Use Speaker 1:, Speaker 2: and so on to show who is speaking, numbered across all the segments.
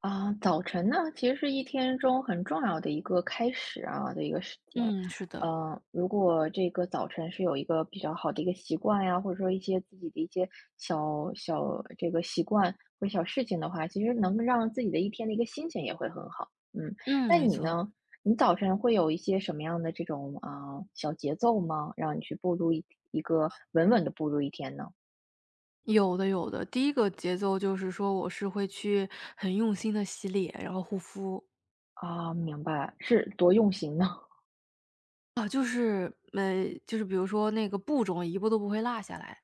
Speaker 1: 啊，早晨呢，其实是一天中很重要的一个开始的一个时间。
Speaker 2: 嗯，是的。
Speaker 1: 嗯，如果这个早晨是有一个比较好的一个习惯呀，或者说一些自己的一些小小这个习惯或者小事情的话，其实能让自己的一天的一个心情也会很好。嗯，
Speaker 2: 嗯，
Speaker 1: 那
Speaker 2: 没
Speaker 1: 你
Speaker 2: 错。
Speaker 1: 呢？你早晨会有一些什么样的这种小节奏吗？让你去步入一个稳稳的步入一天呢？
Speaker 2: 有的有的。第一个节奏就是说我是会去很用心的洗脸，然后护肤。
Speaker 1: 啊，明白，是多用心呢。
Speaker 2: 啊，就是比如说那个步骤一步都不会落下来，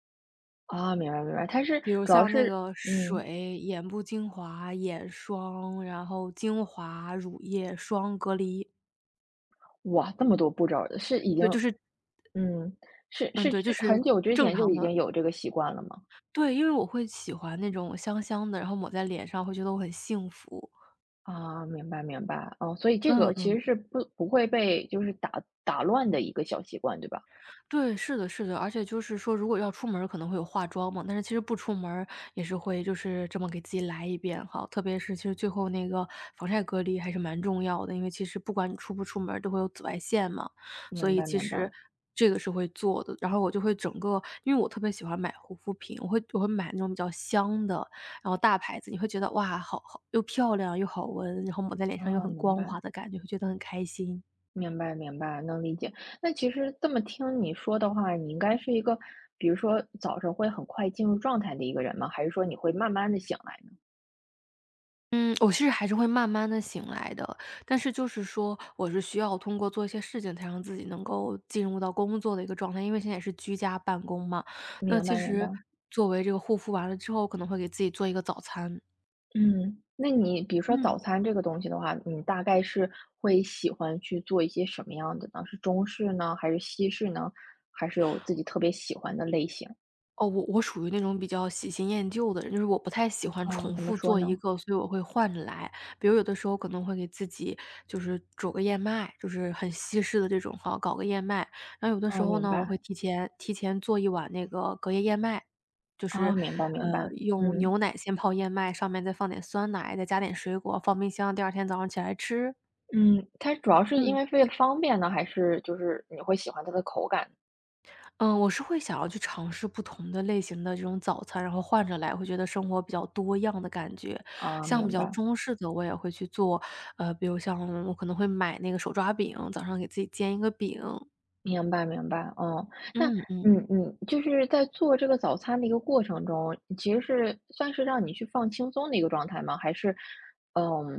Speaker 1: 啊，明白明白，它是
Speaker 2: 比如
Speaker 1: 主要
Speaker 2: 像那
Speaker 1: 是
Speaker 2: 个
Speaker 1: 嗯，
Speaker 2: 水、眼部精华、眼霜，然后精华、乳液、霜、隔离。
Speaker 1: 哇，这么多步骤儿是已经
Speaker 2: 对，就是
Speaker 1: 嗯，是
Speaker 2: 嗯，
Speaker 1: 是
Speaker 2: 对，就
Speaker 1: 是很
Speaker 2: 是
Speaker 1: 久之
Speaker 2: 正
Speaker 1: 前就
Speaker 2: 常
Speaker 1: 已
Speaker 2: 的。
Speaker 1: 经有这个习惯了吗？
Speaker 2: 对，因为我会喜欢那种香香的，然后抹在脸上会觉得我很幸福。
Speaker 1: 啊，明白明白，哦，所以这
Speaker 2: 嗯
Speaker 1: 个其
Speaker 2: 嗯。
Speaker 1: 实是不会被就是打乱的一个小习惯，对吧？
Speaker 2: 对，是的，是的，而且就是说，如果要出门儿可能会有化妆嘛，但是其实不出门儿也是会就是这么给自己来一遍哈。特别是其实最后那个防晒隔离还是蛮重要的，因为其实不管你出不出门儿都会有紫外线嘛，所
Speaker 1: 明
Speaker 2: 以
Speaker 1: 白
Speaker 2: 其
Speaker 1: 明
Speaker 2: 实
Speaker 1: 白，
Speaker 2: 这个是会做的。然后我就会整个，因为我特别喜欢买护肤品，我会买那种比较香的，然后大牌子，你会觉得哇，好好又漂亮又好闻，然后抹在脸上又
Speaker 1: 啊，
Speaker 2: 很
Speaker 1: 明
Speaker 2: 光滑
Speaker 1: 白
Speaker 2: 的感觉，会觉得很开心。
Speaker 1: 明白明白，能理解。那其实这么听你说的话，你应该是一个，比如说早上会很快进入状态的一个人吗？还是说你会慢慢的醒来呢？
Speaker 2: 嗯，我其实还是会慢慢的醒来的，但是就是说，我是需要通过做一些事情才让自己能够进入到工作的一个状态，因为现在也是居家办公嘛。那
Speaker 1: 明
Speaker 2: 其
Speaker 1: 白明
Speaker 2: 实
Speaker 1: 白。
Speaker 2: 作为这个护肤完了之后，可能会给自己做一个早餐。
Speaker 1: 嗯，那你比如说
Speaker 2: 嗯。
Speaker 1: 早餐这个东西的话，你大概是会喜欢去做一些什么样的呢？是中式呢，还是西式呢？还是有自己特别喜欢的类型？
Speaker 2: 哦，我属于那种比较喜新厌旧的人，就是我不太喜欢
Speaker 1: 啊？
Speaker 2: 重
Speaker 1: 怎么
Speaker 2: 复
Speaker 1: 说
Speaker 2: 做一
Speaker 1: 呢？
Speaker 2: 个，所以我会换着来。比如有的时候可能会给自己就是煮个燕麦，就是很西式的这种哈，搞个燕麦。然后有的时
Speaker 1: 啊，
Speaker 2: 候
Speaker 1: 明
Speaker 2: 呢，我会
Speaker 1: 白，
Speaker 2: 提前做一碗那个隔夜燕麦，就是
Speaker 1: 啊，明白明
Speaker 2: 呃
Speaker 1: 白，
Speaker 2: 用
Speaker 1: 嗯
Speaker 2: 牛奶先泡燕麦，上面再放点酸奶，再加点水果，放冰箱，第二天早上起来吃。
Speaker 1: 嗯，它主要是因
Speaker 2: 嗯。
Speaker 1: 为为了方便呢，还是就是你会喜欢它的口感？
Speaker 2: 嗯，我是会想要去尝试不同的类型的这种早餐，然后换着来，会觉得生活比较多样的感觉。
Speaker 1: 啊，
Speaker 2: 像比
Speaker 1: 明
Speaker 2: 较
Speaker 1: 白。
Speaker 2: 中式的，我也会去做，比如像我可能会买那个手抓饼，早上给自己煎一个饼。
Speaker 1: 明白明白，哦，那
Speaker 2: 嗯嗯。
Speaker 1: 嗯嗯，就是在做这个早餐的一个过程中，其实是算是让你去放轻松的一个状态吗？还是，嗯，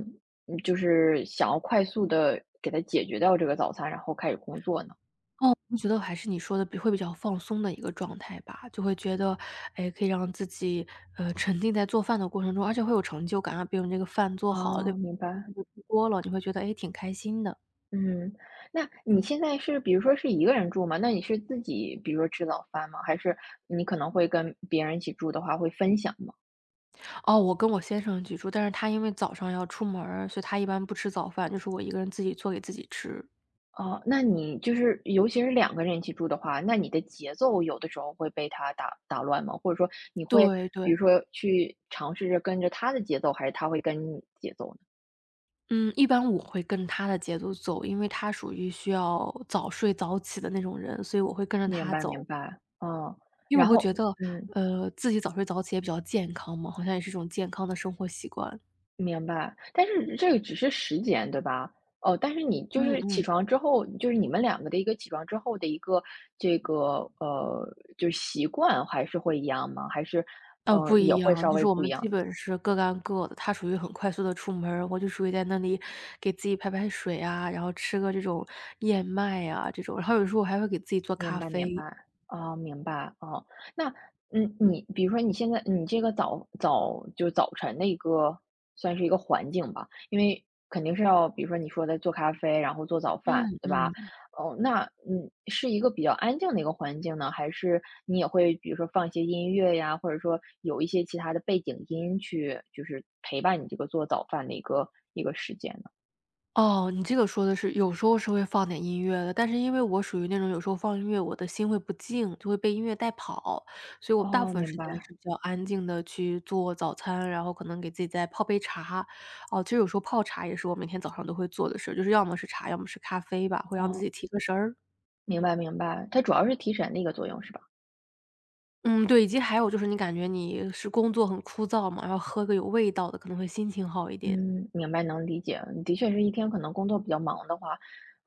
Speaker 1: 嗯就是想要快速的给它解决掉这个早餐，然后开始工作呢？
Speaker 2: 哦，我觉得还是你说的比会比较放松的一个状态吧，就会觉得，哎，可以让自己沉浸在做饭的过程中，而且会有成就感啊。比如你这个饭做好了，对
Speaker 1: 哦，
Speaker 2: 吧，
Speaker 1: 明白，
Speaker 2: 出锅了，你会觉得哎挺开心的。
Speaker 1: 嗯，那你现在是比如说是一个人住吗？那你是自己比如说吃早饭吗？还是你可能会跟别人一起住的话会分享吗？
Speaker 2: 哦，我跟我先生居住，但是他因为早上要出门儿，所以他一般不吃早饭，就是我一个人自己做给自己吃。
Speaker 1: 哦，那你就是尤其是两个人一起住的话，那你的节奏有的时候会被他打乱吗？或者说你会
Speaker 2: 对对。
Speaker 1: 比如说去尝试着跟着他的节奏，还是他会跟你节奏呢？
Speaker 2: 嗯，一般我会跟他的节奏走，因为他属于需要早睡早起的那种人，所以我会跟着
Speaker 1: 明
Speaker 2: 他
Speaker 1: 白明
Speaker 2: 走。
Speaker 1: 白，嗯，
Speaker 2: 因为
Speaker 1: 然
Speaker 2: 我会
Speaker 1: 后
Speaker 2: 觉得，
Speaker 1: 嗯，
Speaker 2: 自己早睡早起也比较健康嘛，好像也是一种健康的生活习惯。
Speaker 1: 明白，但是这个只是时间，对吧？哦，但是你就
Speaker 2: 嗯
Speaker 1: 是起
Speaker 2: 嗯。
Speaker 1: 床之后，就是你们两个的一个起床之后的一个这个，呃，就是习惯还是会一样吗？还是，
Speaker 2: 不
Speaker 1: 也
Speaker 2: 一
Speaker 1: 会
Speaker 2: 样，
Speaker 1: 稍
Speaker 2: 就是
Speaker 1: 微
Speaker 2: 我
Speaker 1: 不一
Speaker 2: 们基
Speaker 1: 样？
Speaker 2: 本是各干各的。他属于很快速的出门儿，我就属于在那里给自己排排水啊，然后吃个这种燕麦啊这种，然后有时候我还会给自己做
Speaker 1: 明
Speaker 2: 咖
Speaker 1: 白明白，
Speaker 2: 啡。
Speaker 1: 啊，明白，哦。那，嗯，你比如说你现在你这个早晨的一个算是一个环境吧，因为肯定是要比如说你说的做咖啡，然后做早饭，
Speaker 2: 嗯
Speaker 1: 对吧？
Speaker 2: 嗯。
Speaker 1: 哦，那，嗯，是一个比较安静的一个环境呢，还是你也会比如说放一些音乐呀，或者说有一些其他的背景音去就是陪伴你这个做早饭的一个时间呢？
Speaker 2: 哦，你这个说的是有时候是会放点音乐的，但是因为我属于那种有时候放音乐，我的心会不静，就会被音乐带跑，所以我大部
Speaker 1: 哦，
Speaker 2: 分时
Speaker 1: 明
Speaker 2: 间
Speaker 1: 白，
Speaker 2: 是比较安静的去做早餐，然后可能给自己再泡杯茶。哦，其实有时候泡茶也是我每天早上都会做的事儿，就是要么是茶，要么是咖啡吧，会让自
Speaker 1: 哦，
Speaker 2: 己提个神儿。
Speaker 1: 明白明白，它主要是提神的一个作用，是吧？
Speaker 2: 嗯，对，以及还有就是你感觉你是工作很枯燥嘛，然后喝个有味道的可能会心情好一点。
Speaker 1: 嗯，明白，能理解。的确是一天可能工作比较忙的话，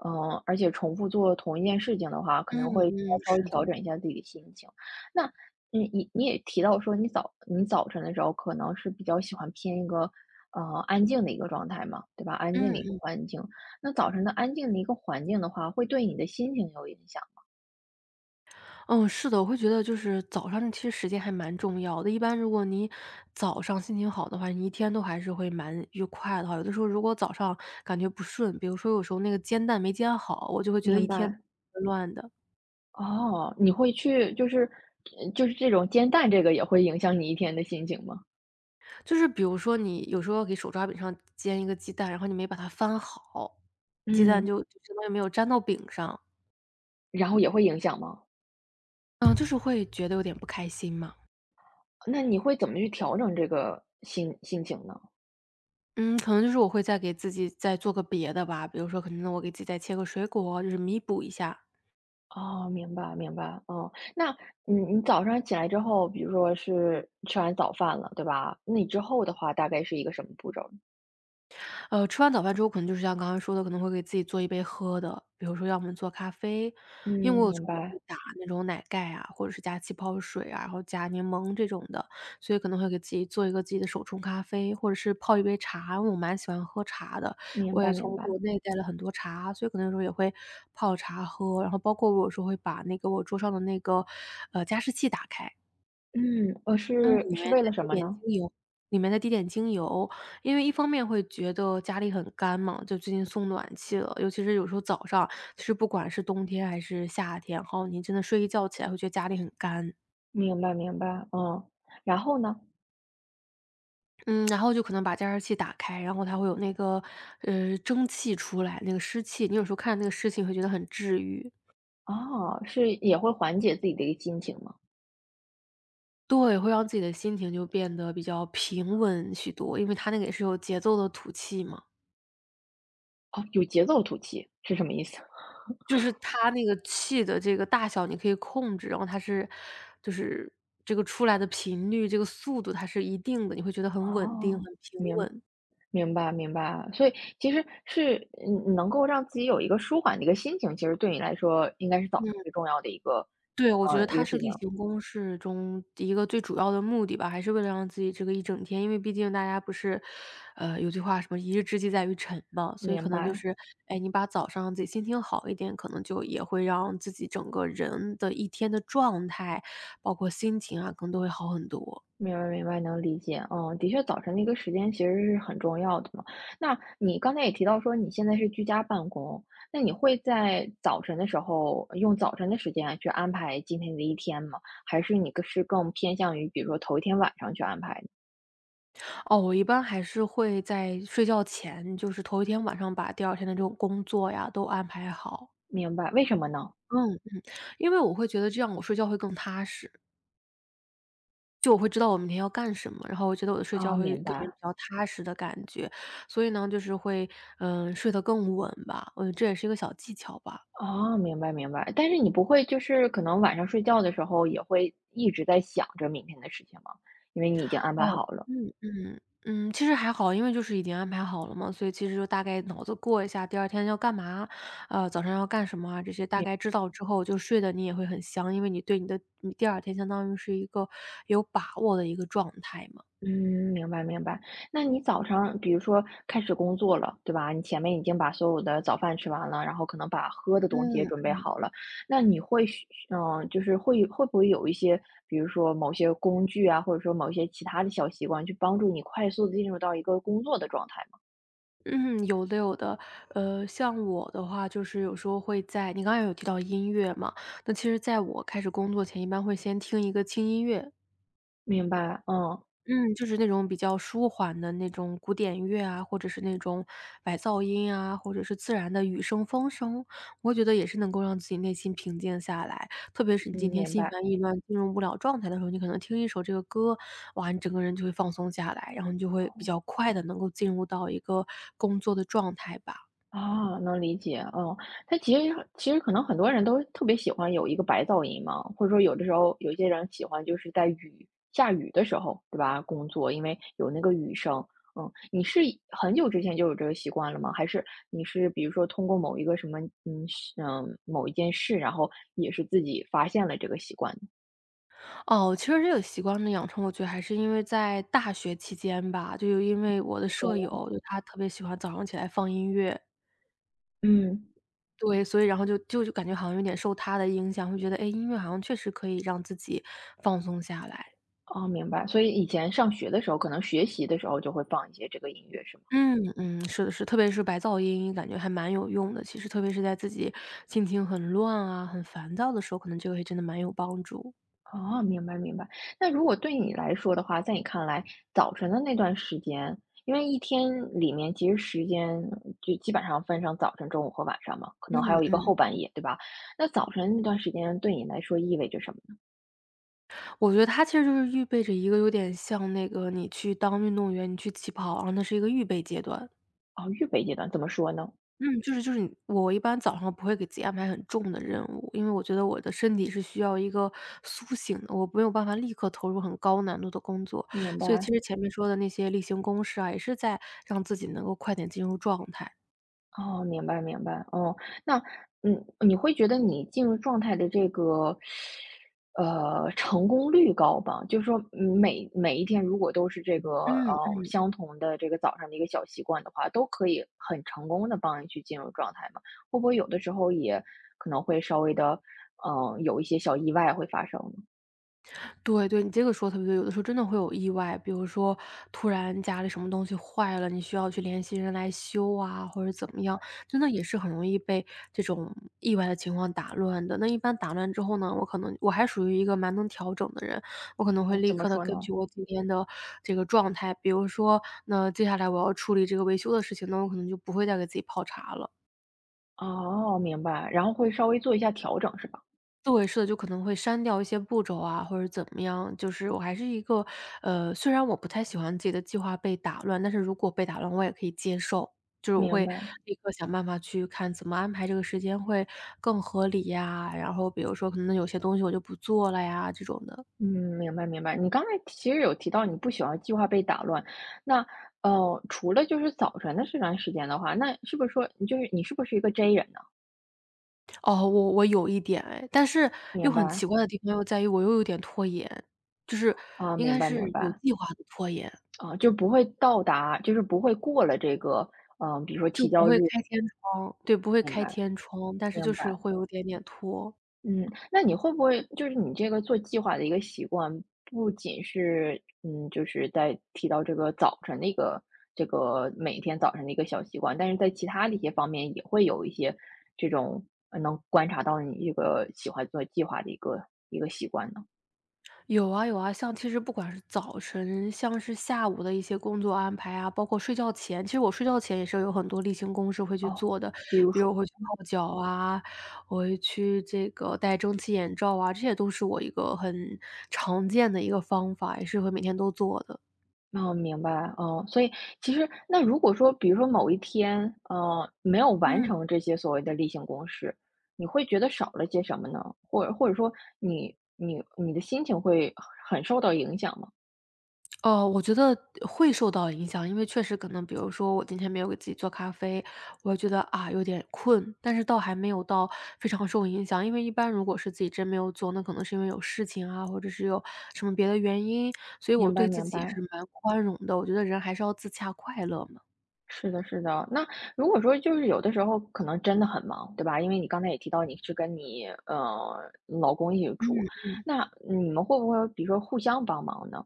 Speaker 1: 嗯、而且重复做同一件事情的话，
Speaker 2: 嗯
Speaker 1: 可能会
Speaker 2: 嗯，
Speaker 1: 稍微
Speaker 2: 是的。
Speaker 1: 调整一下自己的心情。那，嗯，你你也提到说，你早晨的时候可能是比较喜欢偏一个呃安静的一个状态嘛，对吧？安静的一个
Speaker 2: 嗯。
Speaker 1: 环境。那早晨的安静的一个环境的话，会对你的心情有影响。
Speaker 2: 嗯，是的，我会觉得就是早上其实时间还蛮重要的。一般如果你早上心情好的话，你一天都还是会蛮愉快的哈。有的时候如果早上感觉不顺，比如说有时候那个煎蛋没煎好，我就会觉得
Speaker 1: 明
Speaker 2: 一天
Speaker 1: 白。
Speaker 2: 乱的。
Speaker 1: 哦，你会去就是就是这种煎蛋，这个也会影响你一天的心情吗？
Speaker 2: 就是比如说你有时候给手抓饼上煎一个鸡蛋，然后你没把它翻好，鸡蛋
Speaker 1: 嗯，
Speaker 2: 就相当于没有粘到饼上，
Speaker 1: 然后也会影响吗？
Speaker 2: 嗯，就是会觉得有点不开心嘛。
Speaker 1: 那你会怎么去调整这个心情呢？
Speaker 2: 嗯，可能就是我会再给自己再做个别的吧，比如说可能我给自己再切个水果，就是弥补一下。
Speaker 1: 哦，明白明白，哦，那你早上起来之后，比如说是吃完早饭了，对吧？那你之后的话，大概是一个什么步骤？
Speaker 2: 吃完早饭之后，可能就是像刚刚说的，可能会给自己做一杯喝的，比如说要么做咖啡，
Speaker 1: 嗯，
Speaker 2: 因为我有时
Speaker 1: 明
Speaker 2: 候也会
Speaker 1: 白
Speaker 2: 打那种奶盖啊，或者是加气泡水啊，然后加柠檬这种的，所以可能会给自己做一个自己的手冲咖啡，或者是泡一杯茶，因为我蛮喜欢喝茶的，
Speaker 1: 明
Speaker 2: 我
Speaker 1: 白
Speaker 2: 也
Speaker 1: 明
Speaker 2: 从
Speaker 1: 白，
Speaker 2: 国内带了很多茶，所以可能有时候也会泡茶喝，然后包括我有时候会把那个我桌上的那个，加湿器打开，
Speaker 1: 嗯，
Speaker 2: 嗯，
Speaker 1: 是是为了什么呢？
Speaker 2: 里面再滴点精油。因为一方面会觉得家里很干嘛，就最近送暖气了，尤其是有时候早上，其实不管是冬天还是夏天，然后你真的睡一觉起来会觉得家里很干。
Speaker 1: 明白明白，嗯，然后呢？
Speaker 2: 嗯，然后就可能把加湿器打开，然后它会有那个，蒸汽出来，那个湿气，你有时候看那个湿气会觉得很治愈。
Speaker 1: 哦，是也会缓解自己的一个心情吗？
Speaker 2: 对，会让自己的心情就变得比较平稳许多，因为它那个也是有节奏的吐气嘛。
Speaker 1: 哦，有节奏吐气是什么意思？
Speaker 2: 就是它那个气的这个大小你可以控制，然后它是就是这个出来的频率、这个速度它是一定的，你会觉得很稳定、很
Speaker 1: 哦，
Speaker 2: 平
Speaker 1: 明白。
Speaker 2: 稳。
Speaker 1: 明白明白，所以其实是嗯能够让自己有一个舒缓的一个心情，其实对你来说应该是早
Speaker 2: 嗯，
Speaker 1: 上最重要的一个，
Speaker 2: 对，我觉得
Speaker 1: 一
Speaker 2: 它
Speaker 1: 个
Speaker 2: 是
Speaker 1: 事
Speaker 2: 例
Speaker 1: 情。
Speaker 2: 行公事中一个最主要的目的吧，还是为了让自己这个一整天，因为毕竟大家不是，有句话什么“一日之计在于晨”嘛，所以可
Speaker 1: 明
Speaker 2: 能就
Speaker 1: 白
Speaker 2: 是，哎，你把早上让自己心情好一点，可能就也会让自己整个人的一天的状态，包括心情啊，可能都会好很多。
Speaker 1: 明白明白，能理解。嗯，的确，早晨的一个时间其实是很重要的嘛。那你刚才也提到说你现在是居家办公，那你会在早晨的时候用早晨的时间去安排今天的一天吗？还是你更偏向于比如说头一天晚上去安排？
Speaker 2: 哦，我一般还是会在睡觉前，就是头一天晚上把第二天的这种工作呀都安排好。
Speaker 1: 明白，为什么呢？
Speaker 2: 嗯，因为我会觉得这样我睡觉会更踏实，就我会知道我明天要干什么，然后我觉得我的睡觉
Speaker 1: 啊，
Speaker 2: 会
Speaker 1: 明
Speaker 2: 给人比
Speaker 1: 白。
Speaker 2: 较踏实的感觉，所以呢，就是会，睡得更稳吧，我觉得这也是一个小技巧吧。
Speaker 1: 哦，明白明白。但是你不会就是可能晚上睡觉的时候也会一直在想着明天的事情吗？因为你已经安排
Speaker 2: 哦，
Speaker 1: 好了。
Speaker 2: 嗯嗯嗯，其实还好，因为就是已经安排好了嘛，所以其实就大概脑子过一下第二天要干嘛，早上要干什么啊，这些大概知道之后，就睡的你也会很香，因为你对你的你第二天相当于是一个有把握的一个状态嘛。
Speaker 1: 嗯，明白明白。那你早上比如说开始工作了，对吧？你前面已经把所有的早饭吃完了，然后可能把喝的东西也
Speaker 2: 嗯
Speaker 1: 准备好了，那你嗯，就是会不会有一些，比如说某些工具啊，或者说某一些其他的小习惯，去帮助你快速的进入到一个工作的状态吗？
Speaker 2: 嗯，有的有的。像我的话，就是有时候会，在你刚才有提到音乐嘛，那其实在我开始工作前，一般会先听一个轻音乐，
Speaker 1: 明白，嗯，
Speaker 2: 嗯，就是那种比较舒缓的那种古典乐啊，或者是那种白噪音啊，或者是自然的雨声、风声，我觉得也是能够让自己内心平静下来。特别是你
Speaker 1: 嗯，
Speaker 2: 今天
Speaker 1: 明
Speaker 2: 心
Speaker 1: 白。
Speaker 2: 烦意乱、进入不了状态的时候，你可能听一首这个歌，哇，你整个人就会放松下来，然后你就会比较快的能够进入到一个工作的状态吧。
Speaker 1: 啊，能理解，嗯，但其实可能很多人都特别喜欢有一个白噪音嘛，或者说有的时候有一些人喜欢就是下雨的时候，对吧，工作，因为有那个雨声。嗯，你是很久之前就有这个习惯了吗？还是你是比如说通过某一个什么，嗯，嗯，某一件事，然后也是自己发现了这个习惯的
Speaker 2: 哦，其实这个习惯的养成，我觉得还是因为在大学期间吧，就因为我的
Speaker 1: 你说
Speaker 2: 舍友，
Speaker 1: 呢？
Speaker 2: 就她特别喜欢早上起来放音乐。
Speaker 1: 嗯，
Speaker 2: 对，所以然后就感觉好像有点受他的影响，会觉得，哎，诶音乐好像确实可以让自己放松下来。
Speaker 1: 哦，明白。所以以前上学的时候，可能学习的时候就会放一些这个音乐是吗？
Speaker 2: 嗯嗯，是的是，特别是白噪音，感觉还蛮有用的。其实特别是在自己心情很乱啊、很烦躁的时候，可能这个还真的蛮有帮助。
Speaker 1: 哦，明白明白。那如果对你来说的话，在你看来，早晨的那段时间，因为一天里面其实时间就基本上分成早晨、中午和晚上嘛，可能还
Speaker 2: 嗯，
Speaker 1: 有一个后半夜，对吧？那早晨那段时间对你来说意味着什么呢？
Speaker 2: 我觉得它其实就是预备着一个有点像那个你去当运动员，你去起跑啊，然后那是一个预备阶段。
Speaker 1: 哦，预备阶段，怎么说呢？
Speaker 2: 嗯，就是你我一般早上不会给自己安排很重的任务，因为我觉得我的身体是需要一个苏醒的，我没有办法立刻投入很高难度的工作。
Speaker 1: 明
Speaker 2: 所以其
Speaker 1: 白。
Speaker 2: 实前面说的那些例行公事啊，也是在让自己能够快点进入状态。
Speaker 1: 哦，明白明白，哦，那嗯，你会觉得你进入状态的这个，成功率高吧？就是说嗯每一天如果都是这个，
Speaker 2: 嗯。
Speaker 1: 相同的这个早上的一个小习惯的话，都可以很成功的帮你去进入状态嘛，会不会有的时候也可能会稍微的，有一些小意外会发生呢？
Speaker 2: 对对，你这个说得特别对，有的时候真的会有意外，比如说突然家里什么东西坏了，你需要去联系人来修啊，或者怎么样，真的也是很容易被这种意外的情况打乱的。那一般打乱之后呢，我可能我还属于一个蛮能调整的人，我可能会
Speaker 1: 哦，
Speaker 2: 立
Speaker 1: 怎么
Speaker 2: 刻的
Speaker 1: 说
Speaker 2: 根
Speaker 1: 呢？
Speaker 2: 据我今天的这个状态，比如说，那接下来我要处理这个维修的事情，那我可能就不会再给自己泡茶了。
Speaker 1: 哦，明白，然后会稍微做一下调整，是吧？
Speaker 2: 对，是的，就可能会删掉一些步骤啊，或者怎么样。就是我还是一个，虽然我不太喜欢自己的计划被打乱，但是如果被打乱，我也可以接受。就是我
Speaker 1: 明
Speaker 2: 会
Speaker 1: 白。
Speaker 2: 立刻想办法去看怎么安排这个时间会更合理呀。然后比如说可能有些东西我就不做了呀，这种的。
Speaker 1: 嗯，明白明白。你刚才其实有提到你不喜欢计划被打乱，那除了就是早晨的这段时间的话，那是不是说你是不是一个 J 人呢？
Speaker 2: 哦，我有一点哎，但是又
Speaker 1: 明
Speaker 2: 很
Speaker 1: 白，
Speaker 2: 奇怪的地方又在于我又有点拖延，就是
Speaker 1: 啊，
Speaker 2: 应
Speaker 1: 明
Speaker 2: 该
Speaker 1: 白
Speaker 2: 是
Speaker 1: 明
Speaker 2: 有
Speaker 1: 白，
Speaker 2: 计划的拖延。
Speaker 1: 啊，就不会到达，就是不会过了这个，比如说
Speaker 2: 就
Speaker 1: 提
Speaker 2: 不
Speaker 1: 交
Speaker 2: 会
Speaker 1: 日，
Speaker 2: 开天窗，对，不会
Speaker 1: 明
Speaker 2: 开
Speaker 1: 白
Speaker 2: 天窗，但是就
Speaker 1: 明白。
Speaker 2: 是会有点点拖。
Speaker 1: 嗯，那你会不会就是你这个做计划的一个习惯，不仅是嗯，就是在提到这个早晨的一个这个每天早晨的一个小习惯，但是在其他的一些方面也会有一些这种能观察到你这个喜欢做计划的一个习惯呢？
Speaker 2: 有啊有啊，像其实不管是早晨，像是下午的一些工作安排啊，包括睡觉前，其实我睡觉前也是有很多例行公事会去
Speaker 1: 哦，
Speaker 2: 做的，
Speaker 1: 比如
Speaker 2: 比如
Speaker 1: 说
Speaker 2: 我会去泡脚啊，我会去这个戴蒸汽眼罩啊，这些都是我一个很常见的一个方法，也是会每天都做的。
Speaker 1: 哦，明白，哦，所以其实那如果说，比如说某一天，没有完
Speaker 2: 嗯。
Speaker 1: 成这些所谓的例行公事，你会觉得少了些什么呢？或者或者说你的心情会很受到影响吗？
Speaker 2: 哦，我觉得会受到影响，因为确实可能比如说我今天没有给自己做咖啡，我觉得，啊，有点困，但是倒还没有到非常受影响。因为一般如果是自己真没有做，那可能是因为有事情啊，或者是有什么别的原因，所以我
Speaker 1: 明
Speaker 2: 对
Speaker 1: 白
Speaker 2: 自
Speaker 1: 明
Speaker 2: 己也是
Speaker 1: 白，
Speaker 2: 蛮宽容的，我觉得人还是要自洽快乐嘛。
Speaker 1: 是的，是的。那如果说就是有的时候可能真的很忙，对吧？因为你刚才也提到你是跟你老公一起
Speaker 2: 嗯，
Speaker 1: 住，那你们会不会比如说互相帮忙呢？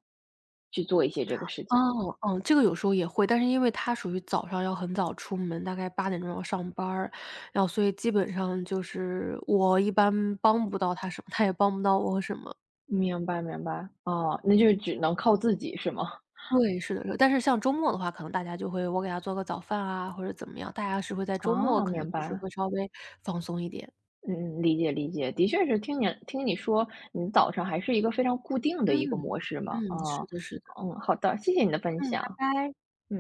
Speaker 1: 去做一些这个事情？
Speaker 2: 哦，嗯，这个有时候也会，但是因为他属于早上要很早出门，大概八点钟要上班儿然后所以基本上就是我一般帮不到他什么，他也帮不到我什么。
Speaker 1: 明白明白，哦，那就只能靠自己是吗？
Speaker 2: 对，是的是的。但是像周末的话，可能大家就会我给他做个早饭啊，或者怎么样，大家是会在周末
Speaker 1: 啊，
Speaker 2: 可能
Speaker 1: 明
Speaker 2: 就是
Speaker 1: 白，
Speaker 2: 会稍微放松一点。
Speaker 1: 嗯嗯，理解理解，的确是听你说，你早上还是一个非常固定的一个
Speaker 2: 嗯，
Speaker 1: 模式嘛，
Speaker 2: 嗯，
Speaker 1: 啊，
Speaker 2: 是的是的。
Speaker 1: 嗯，好的，谢谢你的分
Speaker 2: 嗯，拜
Speaker 1: 享，
Speaker 2: 拜。
Speaker 1: 嗯。